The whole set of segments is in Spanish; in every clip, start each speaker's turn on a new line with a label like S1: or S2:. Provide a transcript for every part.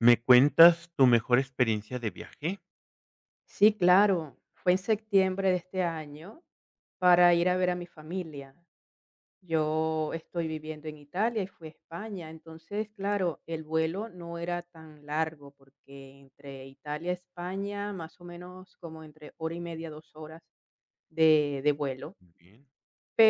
S1: ¿Me cuentas tu mejor experiencia de viaje?
S2: Sí, claro, fue en septiembre de este año para ir a ver a mi familia. Yo estoy viviendo en Italia y fui a España, entonces, claro, el vuelo no era tan largo porque entre Italia y España, más o menos como entre hora y media, 2 horas de vuelo.
S1: Muy bien.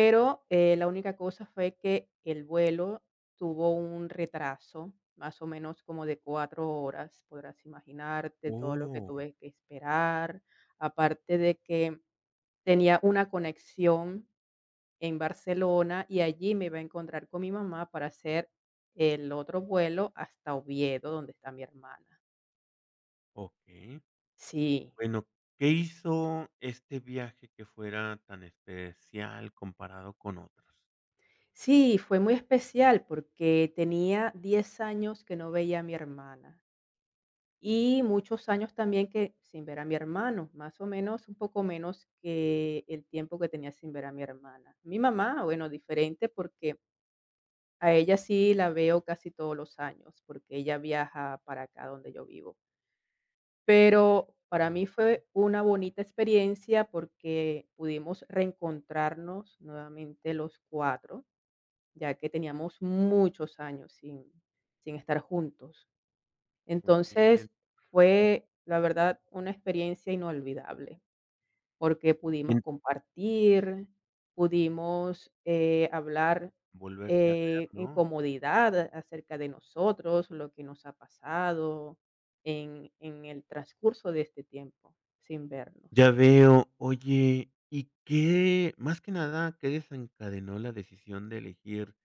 S1: Ujú.
S2: la única cosa fue que el vuelo tuvo un retraso, más o menos como de 4 horas, podrás imaginarte todo lo que
S1: Oh,
S2: tuve que esperar, aparte de que tenía una conexión en Barcelona y allí me iba a encontrar con mi mamá para hacer el otro vuelo hasta Oviedo, donde está mi hermana.
S1: okey.
S2: Sí,
S1: Bueno, ¿qué hizo este viaje que fuera tan especial comparado con otros?
S2: sí, fue muy especial porque tenía 10 años que no veía a mi hermana. Y muchos años también que sin ver a mi hermano, más o menos un poco menos que el tiempo que tenía sin ver a mi hermana. Mi mamá, bueno, diferente porque a ella sí la veo casi todos los años, porque ella viaja para acá donde yo vivo. Pero para
S1: Muy,
S2: mí fue una bonita experiencia porque pudimos reencontrarnos nuevamente los cuatro, ya que teníamos muchos años sin estar juntos.
S1: muy bien.
S2: Entonces, fue, la verdad, una experiencia inolvidable, porque pudimos
S1: Bien,
S2: compartir, pudimos, hablar,
S1: volverse a ver,
S2: en
S1: ¿no?
S2: comodidad acerca de nosotros, lo que nos ha pasado en el transcurso de este tiempo sin vernos.
S1: Ya veo. Oye, ¿y qué? Más que nada, ¿qué desencadenó la decisión de elegir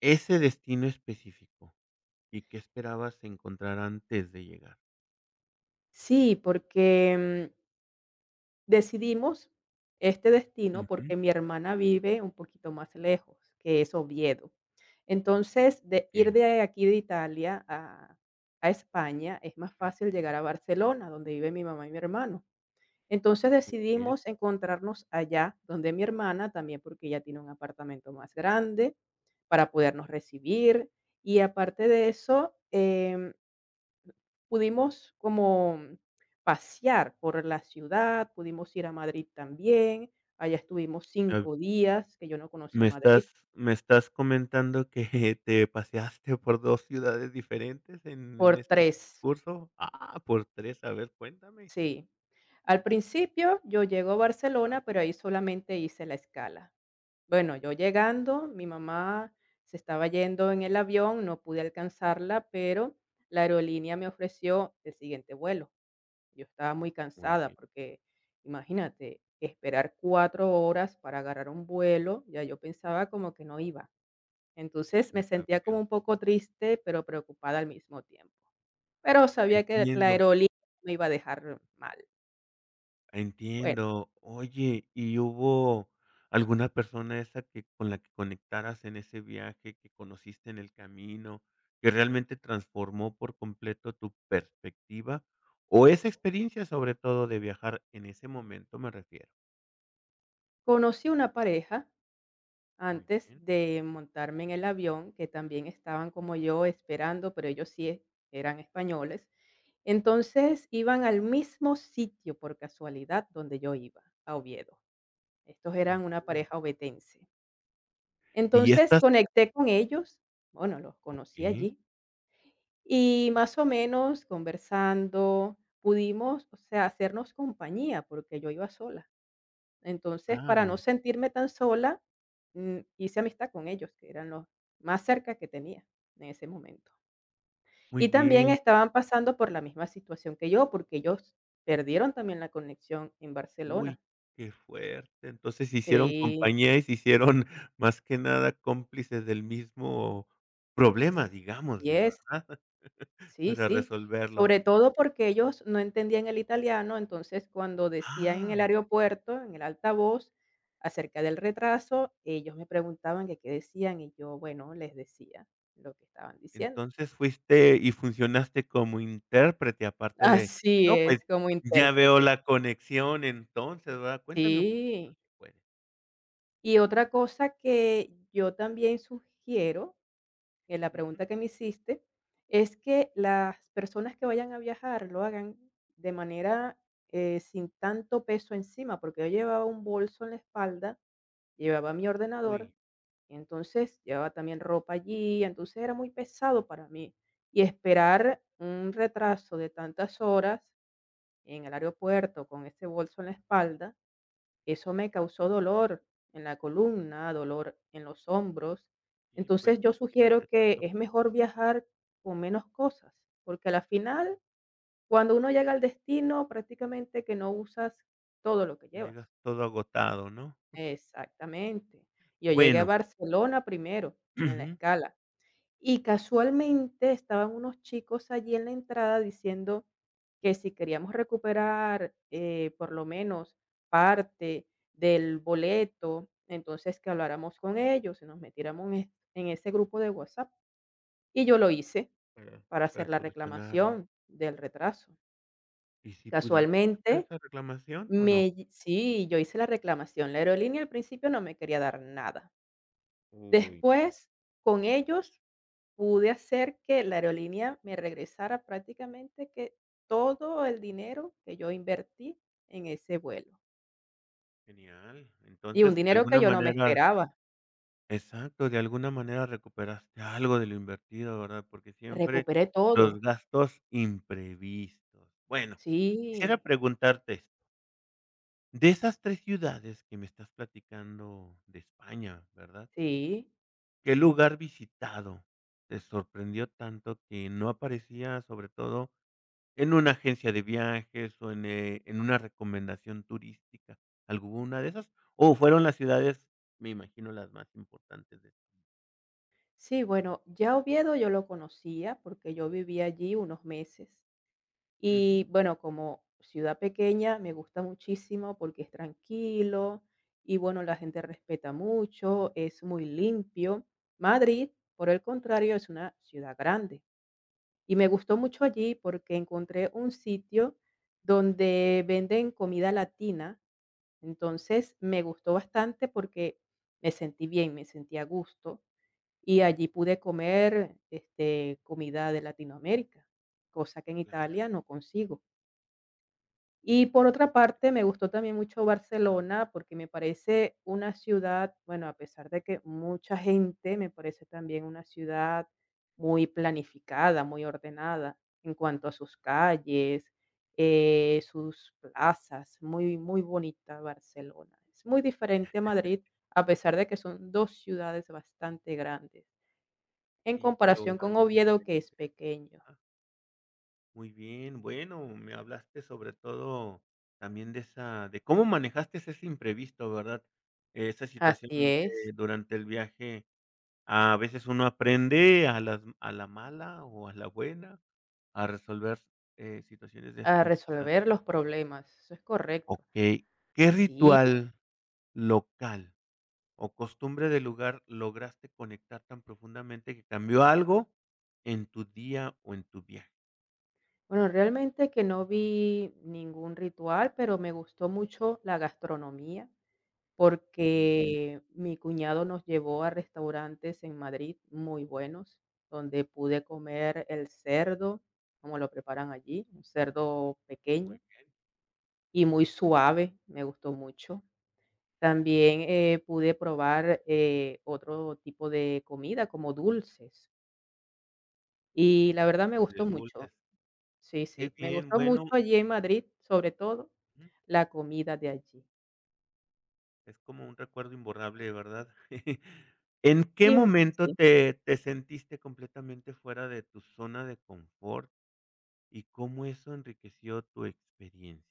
S1: ese destino específico? ¿Y qué esperabas encontrar antes de llegar?
S2: Sí, porque, decidimos este destino
S1: Ujú.
S2: porque mi hermana vive un poquito más lejos, que es Oviedo. Entonces, de ir
S1: Okey.
S2: de aquí de Italia a España es más fácil llegar a Barcelona, donde vive mi mamá y mi hermano. Entonces,
S1: Muy bien.
S2: decidimos encontrarnos allá donde mi hermana, también porque ella tiene un apartamento más grande para podernos recibir. Y aparte de eso, pudimos como pasear por la ciudad, pudimos ir a Madrid también, allá estuvimos
S1: Ah,
S2: 5 días, que yo no conocía
S1: me estás
S2: Madrid,
S1: me estás comentando que te paseaste por 2 ciudades diferentes en
S2: por
S1: este
S2: tres
S1: transcurso. Ah, por tres, a ver, cuéntame.
S2: sí. Al principio yo llego a
S1: Ajá,
S2: Barcelona, pero ahí solamente hice la escala. Bueno, yo llegando, mi mamá se estaba yendo en el avión, no pude alcanzarla, pero la aerolínea me ofreció el siguiente vuelo. Yo estaba muy
S1: muy
S2: cansada
S1: bien,
S2: porque, imagínate, esperar 4 horas para agarrar un vuelo, ya yo pensaba como que no iba. Entonces, me
S1: ya
S2: sentía como
S1: veo.
S2: un poco triste, pero preocupada al mismo tiempo. Pero sabía que la
S1: Entiendo,
S2: aerolínea me iba a dejar mal. Bueno,
S1: entiendo. Oye, ¿y hubo alguna persona esa que con la que conectaras en ese viaje, que conociste en el camino, que realmente transformó por completo tu perspectiva? O esa experiencia, sobre todo, de viajar en ese momento, me refiero.
S2: conocí una pareja
S1: Muy
S2: antes
S1: bien.
S2: de montarme en el avión, que también estaban como yo esperando, pero ellos sí eran españoles. Entonces, iban al mismo sitio por casualidad donde yo iba, a Oviedo. Estos
S1: Muy
S2: eran una
S1: bien.
S2: pareja ovetense.
S1: Y
S2: Entonces
S1: estas
S2: conecté con ellos, bueno, los conocí
S1: okey,
S2: allí y más o menos conversando pudimos, o sea, hacernos compañía porque yo iba sola. Entonces, para no
S1: claro,
S2: sentirme tan sola, hice amistad con ellos, que eran los más cerca que tenía en ese momento.
S1: muy
S2: Y también
S1: bien.
S2: estaban pasando por la misma situación que yo, porque ellos perdieron también la conexión en Barcelona.
S1: Uy, qué fuerte. Entonces, se hicieron
S2: Sí,
S1: compañía y se hicieron, más que nada, cómplices del mismo problema,
S2: así
S1: digámosle,
S2: es.
S1: ¿verdad?
S2: Sí,
S1: Para
S2: sí.
S1: resolverlo.
S2: Sobre todo porque ellos no entendían el italiano, entonces, cuando decían en el
S1: Ah,
S2: aeropuerto, en el altavoz, acerca del retraso, ellos me preguntaban que qué decían y yo, bueno, les decía lo que estaban diciendo.
S1: entonces fuiste y funcionaste como intérprete, aparte de
S2: Así
S1: no,
S2: es,
S1: pues,
S2: como
S1: ya veo
S2: intérprete.
S1: la conexión entonces, ¿verdad? Cuéntame un poquito,
S2: Sí.
S1: si puedes.
S2: Y otra cosa que yo también sugiero que la
S1: Ujú.
S2: pregunta que me hiciste, es que las personas que vayan a viajar lo hagan de manera, sin tanto peso encima, porque yo llevaba un bolso en la espalda, llevaba mi ordenador,
S1: Uy,
S2: y entonces llevaba también ropa allí, entonces era muy pesado para mí. Y esperar un retraso de tantas horas en el aeropuerto con ese bolso en la espalda, eso me causó dolor en la columna, dolor en los hombros.
S1: sí, pues,
S2: Entonces, yo sugiero
S1: imagínate
S2: que
S1: tanto,
S2: es mejor viajar con menos cosas, porque a la final, cuando uno llega al destino, prácticamente que no usas todo lo que
S1: que llegas
S2: llevas.
S1: todo agotado, ¿no?
S2: Exactamente. Yo llegué a
S1: Bueno,
S2: Barcelona primero en la
S1: ujú.
S2: escala. Y casualmente estaban unos chicos allí en la entrada diciendo que si queríamos recuperar, por lo menos parte del boleto, entonces que habláramos con ellos y nos metiéramos en en ese grupo de WhatsApp. Y yo lo hice
S1: Para
S2: para
S1: para
S2: hacer la
S1: solucionarlo.
S2: reclamación del retraso.
S1: ¿Y si pudiste hacer
S2: Casualmente,
S1: esa reclamación o no?
S2: sí, yo hice la reclamación. La aerolínea al principio no me quería dar nada.
S1: Uy.
S2: Después, con ellos pude hacer que la aerolínea me regresara prácticamente que todo el dinero que yo invertí en ese vuelo,
S1: Genial.
S2: y un
S1: Entonces, de
S2: dinero que
S1: alguna
S2: yo no me
S1: manera
S2: esperaba.
S1: exacto, de alguna manera recuperaste algo de lo invertido, ¿verdad? Porque siempre
S2: Recuperé todo.
S1: los gastos imprevistos. Bueno, quisiera
S2: Sí,
S1: preguntarte esto, de esas 3 ciudades que me estás platicando de España, ¿verdad?
S2: sí.
S1: ¿Qué lugar visitado te sorprendió tanto que no aparecía, sobre todo en una agencia de viajes o en una recomendación turística, ¿alguna de esas? ¿O fueron las ciudades, me imagino, las más importantes de
S2: Sí, bueno, ya Oviedo yo lo conocía porque yo viví allí unos meses.
S1: Ujú?
S2: Y bueno, como ciudad pequeña me gusta muchísimo porque es tranquilo y bueno, la gente respeta mucho, es muy limpio. Madrid, por el contrario, es una ciudad grande. Y me gustó mucho allí porque encontré un sitio donde venden comida latina. Entonces me gustó bastante porque me sentí bien, me sentí a gusto y allí pude comer este, comida de Latinoamérica, cosa que en Italia no consigo. Y por otra parte, me gustó también mucho Barcelona, porque me parece una ciudad, bueno, a pesar de que mucha gente, me parece también una ciudad muy planificada, muy ordenada en cuanto a sus calles, sus plazas, muy, muy bonita Barcelona. Es muy diferente a Madrid, a pesar de que son dos ciudades bastante grandes, en
S1: Sí, ¿pero
S2: comparación con
S1: algo
S2: Oviedo, que es
S1: diferente?
S2: pequeño.
S1: Ah, muy bien, bueno, me hablaste sobre todo también de esa de cómo manejaste ese imprevisto, ¿verdad? Esa situación
S2: Así es,
S1: que durante el viaje a veces uno aprende a la mala o a la buena a resolver, situaciones de
S2: a resolver los problemas, eso es correcto.
S1: okey, ¿qué
S2: Sí,
S1: ritual local o costumbre del lugar lograste conectar tan profundamente que cambió algo en tu día o en tu viaje?
S2: bueno, realmente que no vi ningún ritual, pero me gustó mucho la gastronomía
S1: La comida,
S2: porque mi cuñado nos llevó a restaurantes en Madrid muy buenos, donde pude comer el cerdo, como lo preparan allí, un cerdo pequeño
S1: muy bien,
S2: y muy suave, me gustó mucho. También pude probar otro tipo de comida como dulces y la verdad me
S1: lo de
S2: gustó mucho.
S1: dulces.
S2: Sí,
S1: Qué
S2: sí, me
S1: bien,
S2: gustó
S1: bueno,
S2: mucho
S1: y
S2: allí en Madrid, sobre todo
S1: ujú,
S2: la comida de allí.
S1: es como un recuerdo imborrable, ¿verdad? ¿En qué
S2: Y
S1: momento
S2: sí,
S1: te sentiste completamente fuera de tu zona de confort y cómo eso enriqueció tu experiencia?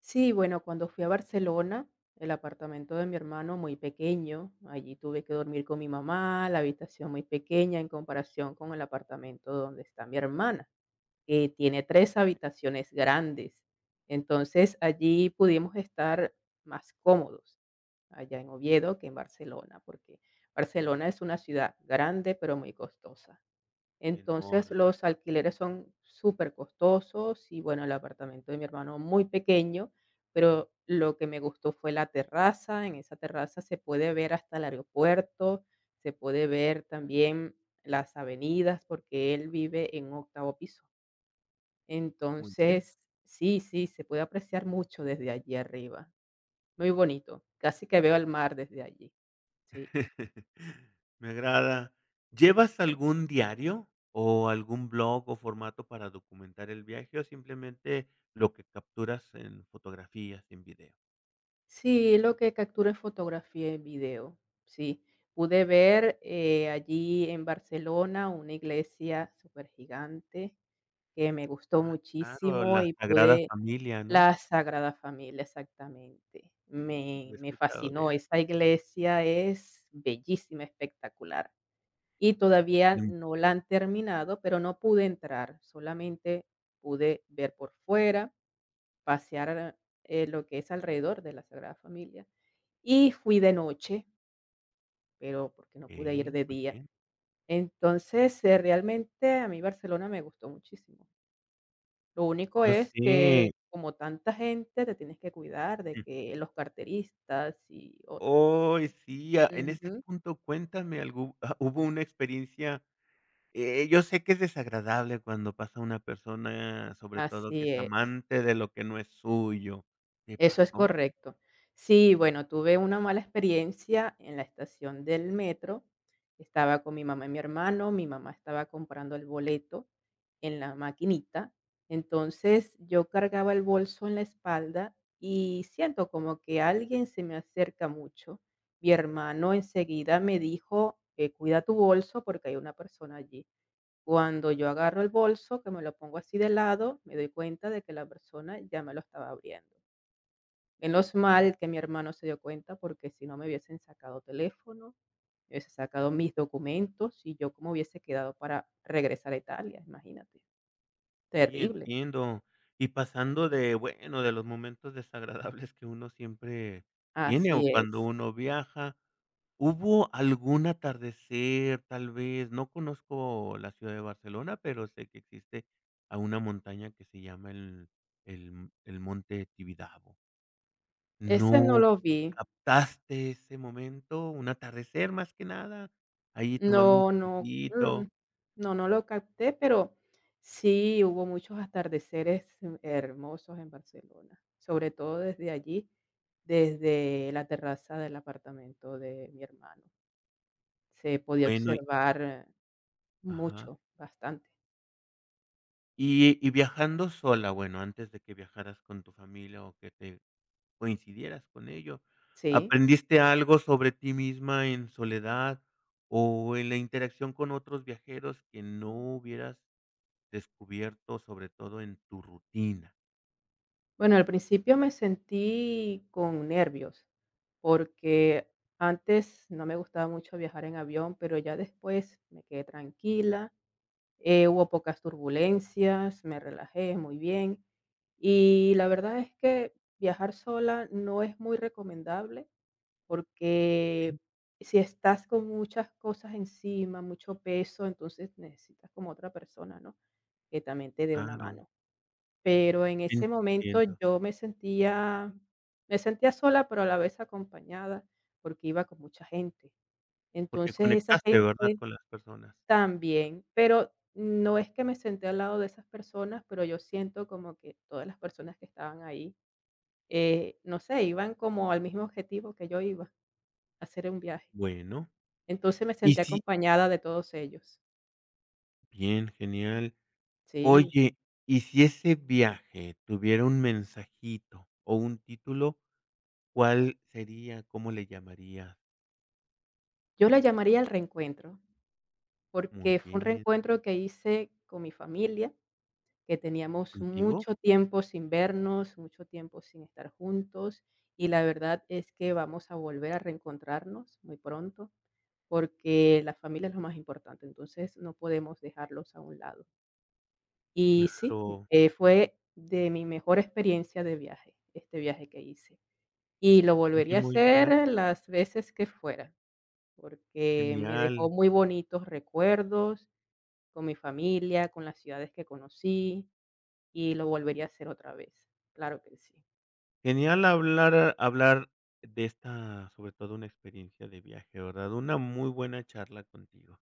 S2: sí, bueno, cuando fui a Barcelona, el apartamento de mi hermano muy pequeño, allí tuve que dormir con mi mamá, la habitación muy pequeña en comparación con el apartamento donde está mi hermana, que tiene 3 habitaciones grandes. Entonces, allí pudimos estar más cómodos, allá en Oviedo que en Barcelona, porque Barcelona es una ciudad grande, pero muy costosa. Entonces,
S1: Enorme,
S2: los alquileres son supercostosos y, bueno, el apartamento de mi hermano muy pequeño, pero lo que me gustó fue la terraza. En esa terraza se puede ver hasta el aeropuerto, se puede ver también las avenidas, porque él vive en octavo piso.
S1: muy bien.
S2: Entonces, sí, sí, se puede apreciar mucho desde allí arriba. Muy bonito. Casi que veo el mar desde allí. Sí.
S1: Me agrada. ¿Llevas algún diario o algún blog o formato para documentar el viaje o simplemente lo que capturas en fotografías, en video?
S2: Sí, lo que capturé fotografía y video, sí. Pude ver, allí en Barcelona una iglesia súper gigante que me gustó
S1: Ah, claro,
S2: muchísimo
S1: la
S2: y
S1: Sagrada
S2: pude
S1: Familia, ¿no?
S2: la Sagrada Familia, exactamente.
S1: Sí, yo
S2: Me
S1: he
S2: me
S1: escuchado de
S2: fascinó,
S1: eso.
S2: esa iglesia es bellísima, espectacular. Y todavía
S1: Mm,
S2: no la han terminado, pero no pude entrar, solamente pude ver por fuera, pasear, lo que es alrededor de la Sagrada Familia y fui de noche, pero porque no pude ir
S1: bien,
S2: de
S1: muy
S2: día.
S1: bien.
S2: Entonces, realmente a mí Barcelona me gustó muchísimo. Lo único
S1: Yo
S2: es que,
S1: sé.
S2: como tanta gente, te tienes que cuidar de que los carteristas y otros.
S1: Hoy sí, ah, en ese
S2: Ujú,
S1: punto cuéntame algún ¿hubo una experiencia yo sé que es desagradable cuando pasa una persona, sobre todo que
S2: así
S1: es
S2: es.
S1: amante de lo que no es suyo? ¿Te
S2: Eso es
S1: pasó?
S2: correcto. Sí, bueno, tuve una mala experiencia en la estación del metro. Estaba con mi mamá y mi hermano, mi mamá estaba comprando el boleto en la maquinita. Entonces, yo cargaba el bolso en la espalda y siento como que alguien se me acerca mucho. Mi hermano enseguida me dijo: cuida tu bolso porque hay una persona allí". Cuando yo agarro el bolso, que me lo pongo así de lado, me doy cuenta de que la persona ya me lo estaba abriendo. Menos
S1: Oh,
S2: mal que mi hermano se dio cuenta, porque si no me hubiesen sacado teléfono, me hubiese sacado mis documentos y yo cómo hubiese quedado para regresar a Italia, imagínate,
S1: sí,
S2: terrible.
S1: entiendo. Y pasando de, bueno, de los momentos desagradables que uno siempre tiene
S2: Así
S1: o cuando
S2: es.
S1: uno viaja, ¿hubo algún atardecer, tal vez? No conozco la ciudad de Barcelona, pero sé que existe a una montaña que se llama el monte Tibidabo.
S2: Ese no
S1: No
S2: lo vi.
S1: captaste ese momento, un atardecer, más que nada, ahí tomando un
S2: No, no,
S1: cafecito,
S2: no, no lo capté, pero sí hubo muchos atardeceres hermosos en Barcelona, sobre todo desde allí, desde la terraza del apartamento de mi hermano. Se podía
S1: bueno, y
S2: observar
S1: ajá.
S2: mucho, bastante.
S1: y viajando sola, bueno, antes de que viajaras con tu familia o que te coincidieras con ello,
S2: Sí.
S1: ¿aprendiste algo sobre ti misma en soledad o en la interacción con otros viajeros que no hubieras descubierto, sobre todo en tu rutina?
S2: Bueno, al principio me sentí con nervios,
S1: Muy
S2: porque antes no me gustaba mucho viajar en avión, pero ya después me quedé tranquila, hubo pocas turbulencias, me relajé muy bien. Y la verdad es que viajar sola no es muy recomendable
S1: bien,
S2: porque si estás con muchas cosas encima, mucho peso, entonces necesitas como otra persona, ¿no? Que también te dé una
S1: claro,
S2: mano. Pero en ese momento
S1: entiendo,
S2: yo me sentía sola, pero a la vez acompañada, porque iba con mucha gente.
S1: porque
S2: Entonces, esa
S1: conectaste, ¿verdad?,
S2: gente
S1: con las personas.
S2: también, pero no es que me senté al lado de esas personas, pero yo siento como que todas las personas que estaban ahí, no sé, iban como al mismo objetivo que yo iba, a hacer un viaje.
S1: Bueno,
S2: Entonces, me
S1: y
S2: senté
S1: si
S2: acompañada de todos ellos.
S1: bien, genial.
S2: Sí,
S1: Oye, y si ese viaje tuviera un mensajito o un título, ¿cuál sería? ¿Cómo le llamarías?
S2: yo la llamaría el reencuentro,
S1: Muy
S2: porque fue un
S1: bien,
S2: reencuentro que hice con mi familia que teníamos
S1: ¿contigo?
S2: mucho tiempo sin vernos, mucho tiempo sin estar juntos y la verdad es que vamos a volver a reencontrarnos muy pronto porque la familia es lo más importante, entonces no podemos dejarlos a un lado. Y sí,
S1: Claro.
S2: fue de mi mejor experiencia de viaje, este viaje que hice. Y lo
S1: Oye,
S2: volvería a
S1: muy buena,
S2: hacer las veces que fuera, porque me
S1: genial.
S2: dejó muy bonitos recuerdos con mi familia, con las ciudades que conocí, y lo volvería a hacer otra vez. Claro que sí.
S1: Genial hablar de esta, sobre todo una experiencia de viaje, ¿verdad? Una muy buena charla contigo.